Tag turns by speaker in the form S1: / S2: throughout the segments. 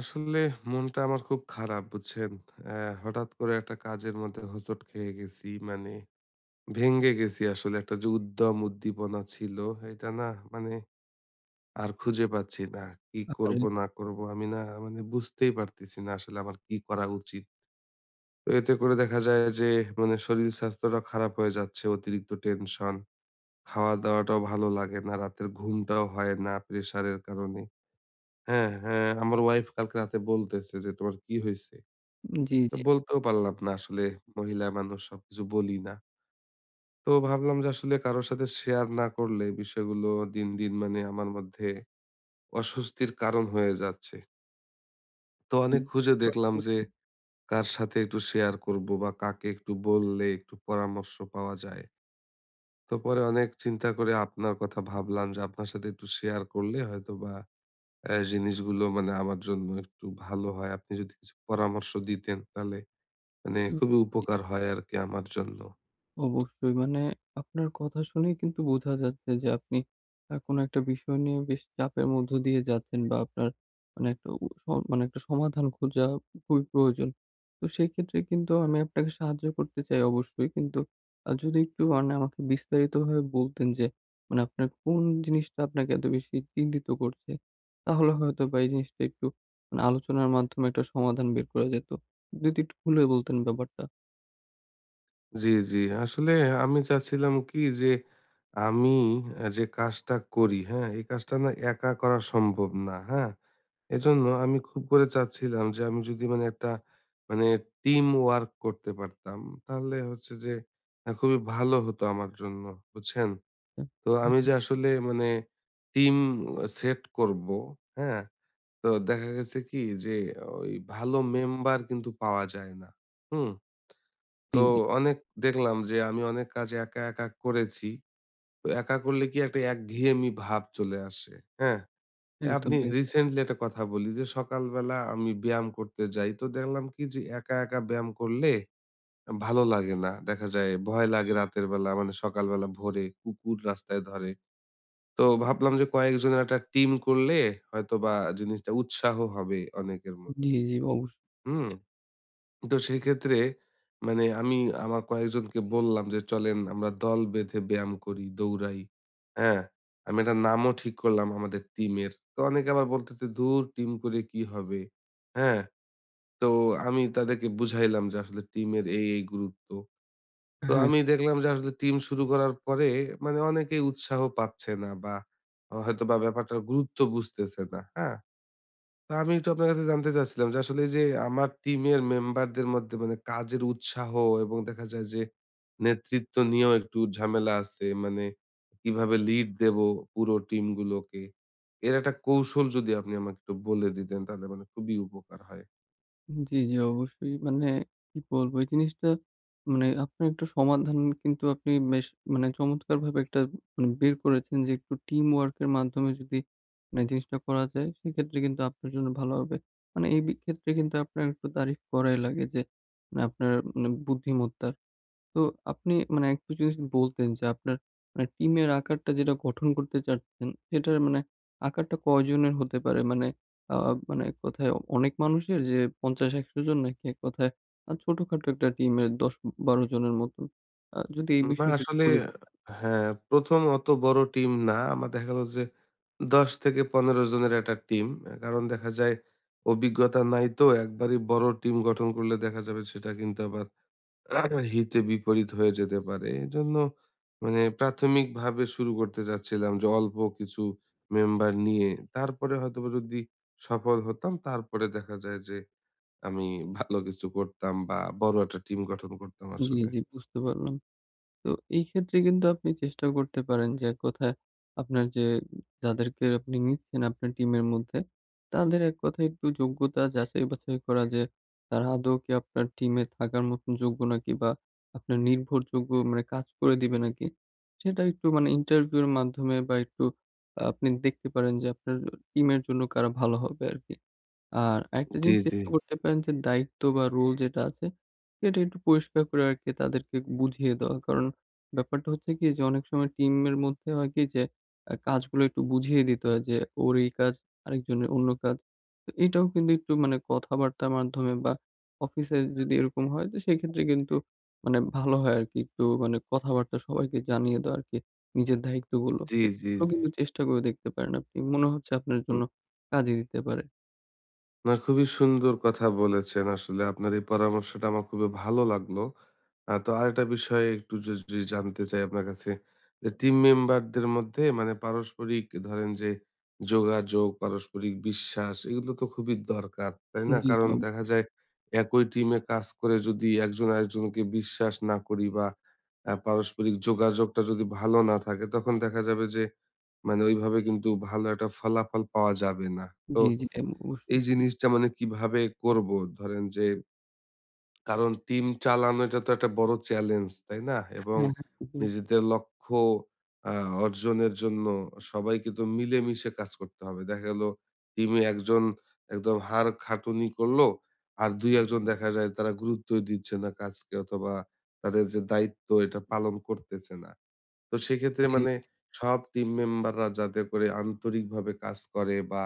S1: আসলে মনটা আমার খুব খারাপ, বুঝছেন। অ্যা হঠাৎ করে একটা কাজের মধ্যে হোঁচট খেয়ে গেছি। মানে ভেঙে গেছি আসলে, একটা যে উদ্যম উদ্দীপনা ছিল এটা না মানে আর খুঁজে পাচ্ছি না। কি করব
S2: আহারে!
S1: না করব আমি না, মানে বুঝতেই পারতেছি না আসলে আমার কি করা উচিত। তো এতে করে দেখা যায় যে মানে শরীর স্বাস্থ্যটা খারাপ হয়ে যাচ্ছে। অতিরিক্ত টেনশন, খাওয়া-দাওয়াটাও ভালো লাগে না, রাতের ঘুমটাও হয় না প্রেশারের কারণে। হ্যাঁ, হ্যাঁ, আমার ওয়াইফ কালকে রাতে বলতেছে যে, "তোমার কি হইছে?"
S2: জি,
S1: তো
S2: জি।
S1: বলতেও পারলাম না আসলে, মহিলা মানুষ সবকিছু বলি না। তো ভাবলাম যে আসলে কারো সাথে শেয়ার না করলে বিষয়গুলো দিন, দিন মানে আমার মধ্যে অস্বস্তির কারণ হয়ে যাচ্ছে। তো
S2: উ
S1: অনেক খুঁজে দেখলাম যে কার সাথে একটু শেয়ার করব বা কাকে একটু বললে একটু পরামর্শ পাওয়া যায়। তো পরে অনেক চিন্তা করে আপনার কথা ভাবলাম যে আপনার সাথে একটু শেয়ার করলে হয়তোবা জিনিসগুলো মানে আমার জন্য একটু ভালো হয়। আপনি যদি কিছু পরামর্শ দিতেন তাহলে মানে খুবই
S2: উ
S1: উপকার হয় আরকি আমার জন্য।
S2: অবশ্যই। আপনার কথা শুনেই কিন্তু বোঝা যাচ্ছে যে আপনি কোনো একটা বিষয় নিয়ে বেশ চাপের মধ্য দিয়ে যাচ্ছেন বা আপনার মানে একটা উ স মানে একটা সমাধান খোঁজা খুবই প্রয়োজন। তো সেক্ষেত্রে কিন্তু আমি আপনাকে সাহায্য করতে চাই অবশ্যই। কিন্তু যদি একটু মানে আমাকে বিস্তারিতভাবে বলতেন যে মানে আপনার কোন জিনিসটা আপনাকে এত বেশি চিন্তিত করছে? তাহলে হয়তোবা এই জিনিসটা একটু মানে আলোচনার মাধ্যমে একটা সমাধান বের করা যেত। যদি একটু খুলে বলতেন ব্যাপারটা।
S1: জি, জি। আসলে আমি চাচ্ছিলাম কি যে আমি যে কাজটা করি, হ্যাঁ? এই কাজটা না একা করা সম্ভব না, হ্যাঁ? এজন্য আমি খুব করে চাচ্ছিলাম যে আমি যদি মানে একটা মানে টিম ওয়ার্ক করতে পারতাম, তাহলে হচ্ছে যে খুবই ভালো হতো আমার জন্য, বুঝছেন?
S2: হ্যাঁ।
S1: তো আমি যে আসলে মানে টিম সেট করবো, হ্যাঁ? তো দেখা গেছে কি যে ওই ভালো মেম্বার কিন্তু পাওয়া যায় না, হুম?
S2: জি,
S1: তো
S2: জি।
S1: অনেক দেখলাম যে আমি অনেক কাজ একা, একা করেছি। তো একা করলে কি একটা একঘেয়েমি ভাব চলে আসে। হ্যাঁ?
S2: একদম,
S1: আপনি
S2: এক
S1: রিসেন্টলি একটা কথা বলি, যে সকালবেলা আমি ব্যায়াম করতে যাই। তো দেখলাম কি যে একা, একা ব্যায়াম করলে ভালো লাগে না। দেখা যায় ভয় লাগে রাতের বেলা, মানে সকালবেলা ভোরে কুকুর রাস্তায় ধরে। তো ভাবলাম যে কয়েকজনের একটা টিম করলে হয়তোবা জিনিসটা উৎসাহ হবে অনেকের
S2: জি,
S1: মধ্যে।
S2: জি, অবশ্য।
S1: হুম? তো সেক্ষেত্রে মানে আমি আমার কয়েকজনকে বললাম যে চলেন আমরা দল বেঁধে ব্যায়াম করি, দৌড়াই। হ্যাঁ? আমি একটা নামও ঠিক করলাম আমাদের টিমের। তো অনেকে আবার বলতেছে, "ধুর, টিম করে কি হবে?" হ্যাঁ? তো আমি তাদেরকে বুঝাইলাম যে আসলে টিমের এই গুরুত্ব। তো
S2: হ্যাঁ,
S1: আমি দেখলাম যে আসলে টিম শুরু করার পরে মানে অনেকেই উৎসাহ পাচ্ছে না বা হয়তোবা ব্যাপারটার গুরুত্ব বুঝতেছে না। হ্যাঁ? তা আমি একটু আপনার কাছে জানতে চাচ্ছিলাম যে আসলে এই যে আমার টিমের মেম্বারদের মধ্যে মানে কাজের উৎসাহ, এবং দেখা যায় যে নেতৃত্ব নিয়েও একটু ঝামেলা আছে, মানে কিভাবে লিড দেব পুরো টিম গুলোকে, এর একটা কৌশল যদি আপনি আমাকে একটু বলে দিতেন তাহলে মানে খুবই উপকার হয়।
S2: জি, জি, অবশ্যই। মানে কি বলবো এই জিনিসটা মানে আপনার একটা সমাধান কিন্তু আপনি বেশ মানে চমৎকারভাবে একটা মানে বের করেছেন যে একটু টিম ওয়ার্ক এর মাধ্যমে যদি মানে জিনিসটা করা যায় সেক্ষেত্রে কিন্তু আপনার জন্য ভালো হবে। মানে এই ক্ষেত্রে কিন্তু আপনার একটু তারিফ করাই লাগে যে মানে আপনার মানে বুদ্ধিমত্তা। তো আপনি মানে একটু যদি বলতেন যে আপনার মানে টিমের আকারটা যেটা গঠন করতে চাচ্ছেন, সেটার মানে আকারটা কয়জনের হতে পারে? মানে আ মানে এক কথায় অনেক মানুষের যে ৫০-১০০ জন, নাকি এক কথায় ছোটখাটো একটা টিমের ১০-১২ জনের মতন? যদি এই
S1: না
S2: বিষয়টা একটু
S1: আসলে,
S2: বলে।
S1: হ্যাঁ, প্রথম অত বড় টিম না, আমার দেখা গেল যে ১০ থেকে ১৫ জনের একটা টিম। কারণ দেখা যায় অভিজ্ঞতা নাই তো, একবারই বড় টিম গঠন করলে দেখা যাবে সেটা কিন্তু আবার হিতে বিপরীত হয়ে যেতে পারে। এজন্য মানে প্রাথমিকভাবে শুরু করতে চাচ্ছিলাম যে অল্প কিছু মেম্বার নিয়ে, তারপরে হয়তোবা যদি সফল হতাম তারপরে দেখা যায় যে আমি ভালো কিছু করতাম বা বড় একটা টিম গঠন করতাম
S2: জি,
S1: আসলে।
S2: জি, বুঝতে পারলাম। তো এই ক্ষেত্রে কিন্তু আপনি চেষ্টা করতে পারেন যে, এক কথায় আপনার যে যাদেরকে আপনি নিচ্ছেন আপনার টিমের মধ্যে, তাদের এক কথায় একটু যোগ্যতা যাচাই-বাছাই করা, যে তারা আদৌ কি আপনার টিমে থাকার মতন যোগ্য নাকি, বা আপনার নির্ভরযোগ্য মানে কাজ করে দিবে নাকি? সেটা একটু মানে ইন্টারভিউ এর মাধ্যমে বা একটু আহ, আপনি দেখতে পারেন যে আপনার টিমের জন্য কারা ভালো হবে আরকি। আর আরেকটা
S1: জি,
S2: জিনিস
S1: জি,
S2: চেষ্টা করতে পারেন যে দায়িত্ব বা রোল যেটা আছে, এটা একটু পরিষ্কার করে আরকি তাদেরকে বুঝিয়ে দেওয়া। কারণ ব্যাপারটা হচ্ছে কি যে অনেক সময় টিমের মধ্যে হয় কি যে কাজগুলো একটু বুঝিয়ে দিতে হয় যে ওর এই কাজ, আরেকজনের অন্য কাজ। তো এটাও কিন্তু একটু মানে কথাবার্তার মাধ্যমে বা অফিসে যদি এরকম হয় তো সেক্ষেত্রে কিন্তু মানে ভালো হয় আরকি। একটু মানে কথাবার্তা সবাইকে জানিয়ে দেওয়া আরকি নিজের দায়িত্বগুলো।
S1: জি,
S2: তো
S1: জি,
S2: এগুলো
S1: জি।
S2: কিন্তু চেষ্টা করে দেখতে পারেন আপনি। মনে হচ্ছে আপনার
S1: হুম।
S2: জন্য কাজে দিতে পারে।
S1: না, খুবই সুন্দর কথা বলেছেন। আসলে আপনার এই পরামর্শটা আমার খুবই ভালো লাগলো। তো আরেকটা বিষয় একটু যদি জানতে চাই আপনার কাছে, যে টিম মেম্বারদের মধ্যে মানে পারস্পরিক ধরেন যে যোগাযোগ, পারস্পরিক বিশ্বাস, এগুলো তো খুবই দরকার, তাই
S2: জি,
S1: না?
S2: জি,
S1: কারণ
S2: অব
S1: দেখা যায় একই টিমে কাজ করে যদি একজন আরেকজনকে বিশ্বাস না করি বা পারস্পরিক যোগাযোগটা যদি ভালো না থাকে, তখন দেখা যাবে যে মানে ওইভাবে কিন্তু ভালো একটা ফলাফল পাওয়া যাবে না। তো
S2: জি, জি,
S1: এই
S2: অবশ্যই।
S1: জিনিসটা মানে কিভাবে করব? ধরেন যে, কারণ টিম চালানো এটা তো একটা বড় চ্যালেঞ্জ, তাই না? এবং
S2: হ্যাঁ, হ্যাঁ, জি, জি।
S1: নিজেদের লক্ষ্য আ অর্জনের জন্য সবাইকে তো মিলেমিশে কাজ করতে হবে। দেখা গেল টিমে একজন একদম হাড় খাটুনি করলো, আর ২-১ জন দেখা যায় তারা গুরুত্বই দিচ্ছে না কাজকে, অথবা তাদের যে দায়িত্ব এটা পালন করতেছে না। তো সেক্ষেত্রে মানে সব টিম মেম্বাররা যাতে করে আন্তরিকভাবে কাজ করে, বা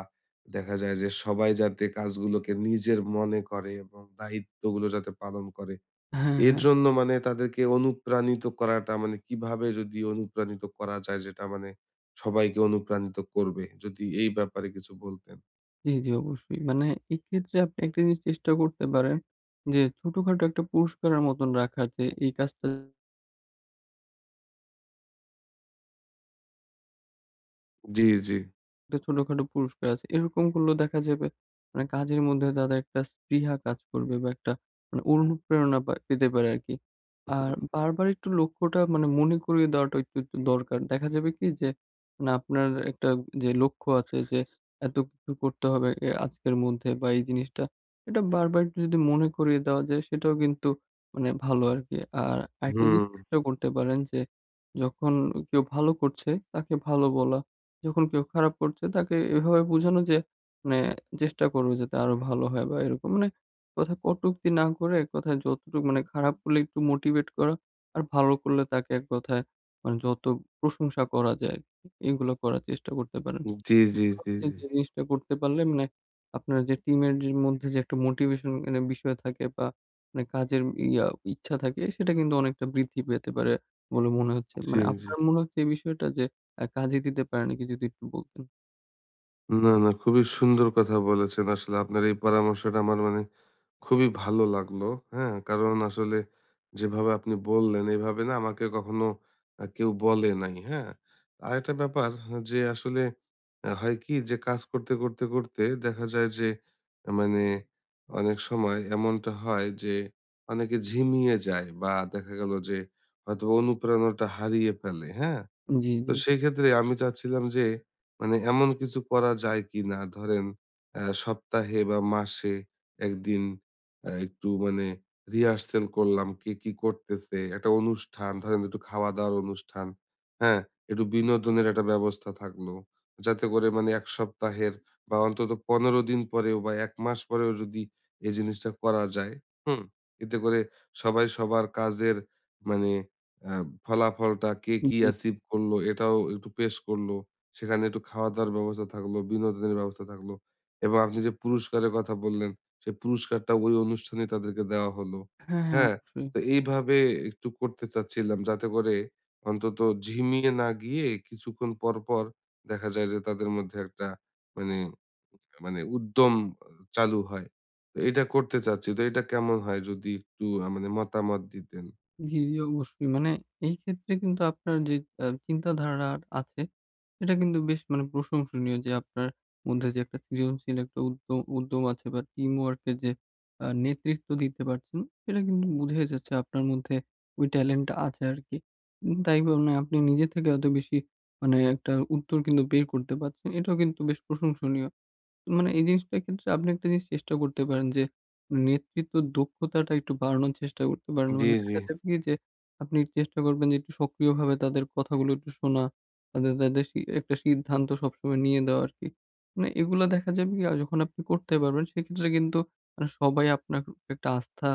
S1: দেখা যায় যে সবাই যাতে কাজগুলোকে নিজের মনে করে এবং দায়িত্বগুলো যাতে পালন করে,
S2: হ্যাঁ,
S1: এর
S2: হ্যাঁ।
S1: জন্য মানে তাদেরকে অনুপ্রাণিত করাটা, মানে কিভাবে যদি অনুপ্রাণিত করা যায় যেটা মানে সবাইকে অনুপ্রাণিত করবে, যদি এই ব্যাপারে কিছু বলতেন।
S2: জি, জি, অবশ্যই। এক্ষেত্রে আপনি একটা জিনিস চেষ্টা করতে পারেন যে ছোটখাটো একটা পুরস্কারের মতন রাখা, যে এই কাজটা
S1: জি জি।
S2: একটা ছোটখাটো পুরস্কার আছে। এরকম করলেও দেখা যাবে মানে কাজের মধ্যে তাদের একটা স্পৃহা কাজ করবে বা একটা মানে অনুপ্রেরণা পেতে পারে আরকি। আর
S1: হুম
S2: বারবার একটু লক্ষ্যটা মানে মনে করিয়ে দেওয়াটা একটু দরকার। দেখা যাবে কি যে মানে আপনার একটা যে লক্ষ্য আছে যে এত কিছু করতে হবে আজকের মধ্যে বা এই জিনিসটা, এটা বারবার একটু যদি মনে করিয়ে দেওয়া যায় সেটাও কিন্তু মানে ভালো আরকি। আর আরেকটা জিনিস
S1: হুম।
S2: চেষ্টা করতে পারেন যে যখন কেউ ভালো করছে তাকে ভালো বলা। যখন কেউ খারাপ করছে তাকে এভাবে বুঝানো যে মানে চেষ্টা করব যাতে আরো ভালো হয় বা এরকম। মানে কথা কটূক্তি না করে এক কথায় যতটুকু মানে খারাপ করলে একটু মোটিভেট করা আর ভালো করলে তাকে এক কথায় মানে যত প্রশংসা করা যায় আর কি, এগুলো করার চেষ্টা করতে পারেন।
S1: জি জি
S2: আমার
S1: জি
S2: হচ্ছে
S1: জি
S2: যে জিনিসটা করতে পারলে মানে আপনার যে টিমের যে মধ্যে যে একটা মোটিভেশন মানে বিষয় থাকে বা মানে কাজের ইয়া ইচ্ছা থাকে সেটা কিন্তু অনেকটা বৃদ্ধি পেতে পারে বলে মনে হচ্ছে।
S1: জি
S2: মানে
S1: জি।
S2: আপনার মনে হচ্ছে এই বিষয়টা যে কাজে দিতে পারে নাকি যদি একটু বলতেন?
S1: না না, খুবই সুন্দর কথা বলেছেন আসলে। আপনার এই পরামর্শটা আমার মানে খুবই ভালো লাগলো। হ্যাঁ? কারণ আসলে যেভাবে আপনি বললেন এভাবে না আমাকে কখনো কেউ বলে নাই। হ্যাঁ? আরেকটা ব্যাপার, যে আসলে হয় কি যে কাজ করতে, করতে, করতে দেখা যায় যে মানে অনেক সময় এমনটা হয় যে অনেকে ঝিমিয়ে যায় বা দেখা গেল যে হয়তো অনুপ্রেরণাটা হারিয়ে ফেলে। হ্যাঁ?
S2: জি,
S1: তো
S2: জি,
S1: সেক্ষেত্রে আমি চাচ্ছিলাম যে মানে এমন কিছু করা যায় কিনা, ধরেন সপ্তাহে বা মাসে একদিন একটু মানে রিহার্সেল করলাম কে কি করতেছে, একটা অনুষ্ঠান ধরেন, একটু খাওয়া দাওয়ার অনুষ্ঠান, হ্যাঁ, একটু বিনোদনের একটা ব্যবস্থা থাকলো, যাতে করে মানে এক সপ্তাহের বা অন্তত ১৫ দিন পরেও বা এক মাস পরেও যদি এই জিনিসটা করা যায়। হুম। এতে করে সবাই সবার কাজের মানে অ্যা ফলাফলটা কে কি
S2: জি।
S1: অ্যাচিভ করলো এটাও একটু পেশ করলো। সেখানে একটু খাওয়া-দাওয়ার ব্যবস্থা থাকলো, বিনোদনের ব্যবস্থা থাকলো, এবং আপনি যে পুরস্কারের কথা বললেন, সেই পুরস্কারটা ওই অনুষ্ঠানেই তাদেরকে দেওয়া হলো।
S2: হ্যাঁ, হ্যাঁ,
S1: হ্যাঁ?
S2: অবশ্যই।
S1: তো এইভাবে একটু করতে চাচ্ছিলাম যাতে করে অন্তত ঝিমিয়ে না গিয়ে কিছুক্ষণ পর, পর দেখা যায় যে তাদের মধ্যে একটা মানে মানে উদ্যম চালু হয়। তো এটা করতে চাচ্ছি। তো এটা কেমন হয় যদি একটু মানে মতামত দিতেন?
S2: জি, জি, অবশ্যই। মানে এই ক্ষেত্রে কিন্তু আপনার যে চিন্তাধারা আছে, এটা কিন্তু বেশ মানে প্রশংসনীয় যে আপনার মধ্যে যে একটা সৃজনশীল একটা উদ্যম উদ্যম আছে বা টিম ওয়ার্ক এর যে নেতৃত্ব দিতে পারছেন, সেটা কিন্তু বুঝাই যাচ্ছে আপনার মধ্যে ওই ট্যালেন্ট টা আছে আরকি। তাই মানে আপনি নিজে থেকে এত বেশি মানে একটা উত্তর কিন্তু বের করতে পারছেন। এটাও কিন্তু বেশ প্রশংসনীয়। মানে এই জিনিসটার ক্ষেত্রে আপনি একটা জিনিস চেষ্টা করতে পারেন যে নেতৃত্ব দক্ষতাটা একটু বাড়ানোর চেষ্টা করতে পারেন।
S1: জি,
S2: মানে
S1: জি।
S2: দেখা যাবে কি যে আপনি চেষ্টা করবেন যে একটু সক্রিয়ভাবে তাদের কথাগুলো একটু শোনা, তাদের, তাদের সি একটা সিদ্ধান্ত সবসময় নিয়ে দেওয়া আরকি। মানে এগুলা দেখা যাবে কি যখন আপনি করতে পারবেন সেক্ষেত্রে কিন্তু মানে সবাই আপনার উপর একটা আস্থা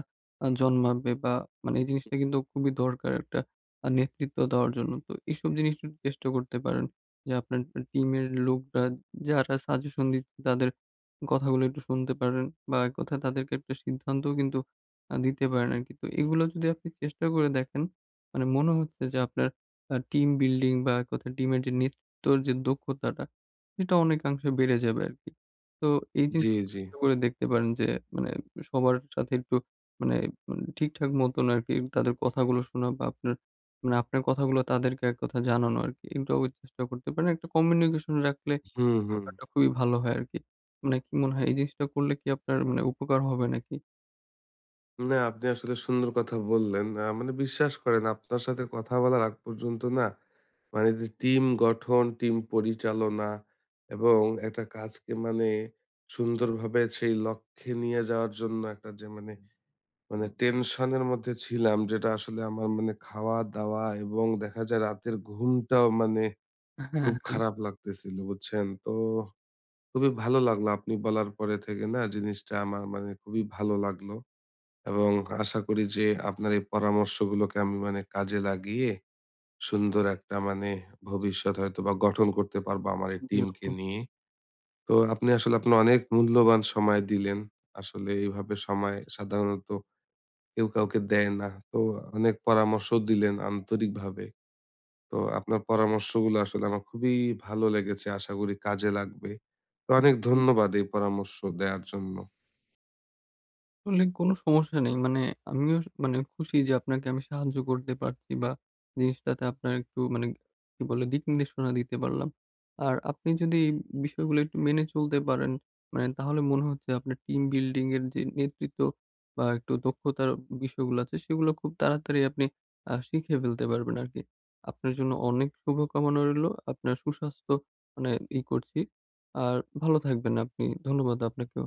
S2: জন্মাবে বা মানে এই জিনিসটা কিন্তু খুবই দরকার একটা নেতৃত্ব দেওয়ার জন্য। তো এইসব জিনিস একটু চেষ্টা করতে পারেন যে আপনার টিমের লোকরা যারা সাজেশন দিচ্ছে তাদের কথাগুলো একটু শুনতে পারেন বা এক কথায় তাদেরকে একটা সিদ্ধান্তও কিন্তু দিতে পারেন আরকি। তো এগুলো যদি আপনি চেষ্টা করে দেখেন, মানে মনে হচ্ছে যে আপনার টিম বিল্ডিং বা এক কথায় টিমের যে নেতৃত্বর যে দক্ষতাটা, সেটা অনেকাংশে বেড়ে যাবে আরকি। তো এই
S1: জি,
S2: জিনিসটা
S1: জি।
S2: চেষ্টা করে দেখতে পারেন যে মানে সবার সাথে একটু মানে মানে ঠিকঠাক মতন আরকি তাদের কথাগুলো শোনা বা আপনার মানে আপনার কথাগুলো তাদেরকে এক কথায় জানানো আরকি। এটাও চেষ্টা করতে পারেন। একটা কমিউনিকেশন রাখলে
S1: হুম, হুম।
S2: ব্যাপারটা খুবই ভালো হয় আরকি। মানে কি মনে হয় এই জিনিসটা করলে কি আপনার মানে উপকার হবে নাকি?
S1: না আপনি আসলে সুন্দর কথা বললেন। মানে বিশ্বাস করেন আপনার সাথে কথা বলার আগ পর্যন্ত না, মানে যে টিম গঠন, টিম পরিচালনা এবং একটা কাজকে মানে সুন্দরভাবে সেই লক্ষ্যে নিয়ে যাওয়ার জন্য একটা যে মানে টেনশনের মধ্যে ছিলাম, যেটা আসলে আমার মানে খাওয়া-দাওয়া এবং দেখা যায় রাতের ঘুমটাও মানে
S2: হ্যাঁ,
S1: খুব
S2: হ্যাঁ।
S1: খারাপ লাগতেছিল, বুঝছেন? তো খুবই ভালো লাগলো আপনি বলার পরে থেকে, না জিনিসটা আমার মানে খুবই ভালো লাগলো। এবং আশা করি যে আপনার এই পরামর্শগুলোকে আমি মানে কাজে লাগিয়ে সুন্দর একটা মানে ভবিষ্যৎ হয়তো বা গঠন করতে পারবো আমার এই
S2: জি
S1: টিমকে
S2: আপু।
S1: নিয়ে। তো আপনি আসলে, আপনি অনেক মূল্যবান সময় দিলেন। আসলে এইভাবে সময় সাধারণত কেউ কাউকে দেয় না। তো অনেক পরামর্শ দিলেন আন্তরিকভাবে। তো আপনার পরামর্শগুলো আসলে আমার খুবই ভালো লেগেছে। আশা করি কাজে লাগবে। তো অনেক ধন্যবাদ এই পরামর্শ দেয়ার জন্য।
S2: আসলে কোনো সমস্যা নেই। মানে আমিও মানে খুশি যে আপনাকে আমি সাহায্য করতে পারছি বা জিনিসটাতে আপনার একটু মানে কি বলে দিক নির্দেশনা দিতে পারলাম। আর আপনি যদি এই বিষয়গুলো একটু মেনে চলতে পারেন, মানে তাহলে মনে হচ্ছে আপনার টিম বিল্ডিং এর যে নেতৃত্ব বা একটু দক্ষতার বিষয়গুলো আছে সেগুলো খুব তাড়াতাড়ি আপনি শিখে ফেলতে পারবেন আরকি। আপনার জন্য অনেক শুভকামনা রইলো। আপনার সুস্বাস্থ্য মানে করছি। আর ভালো থাকবেন আপনি। ধন্যবাদ আপনাকেও।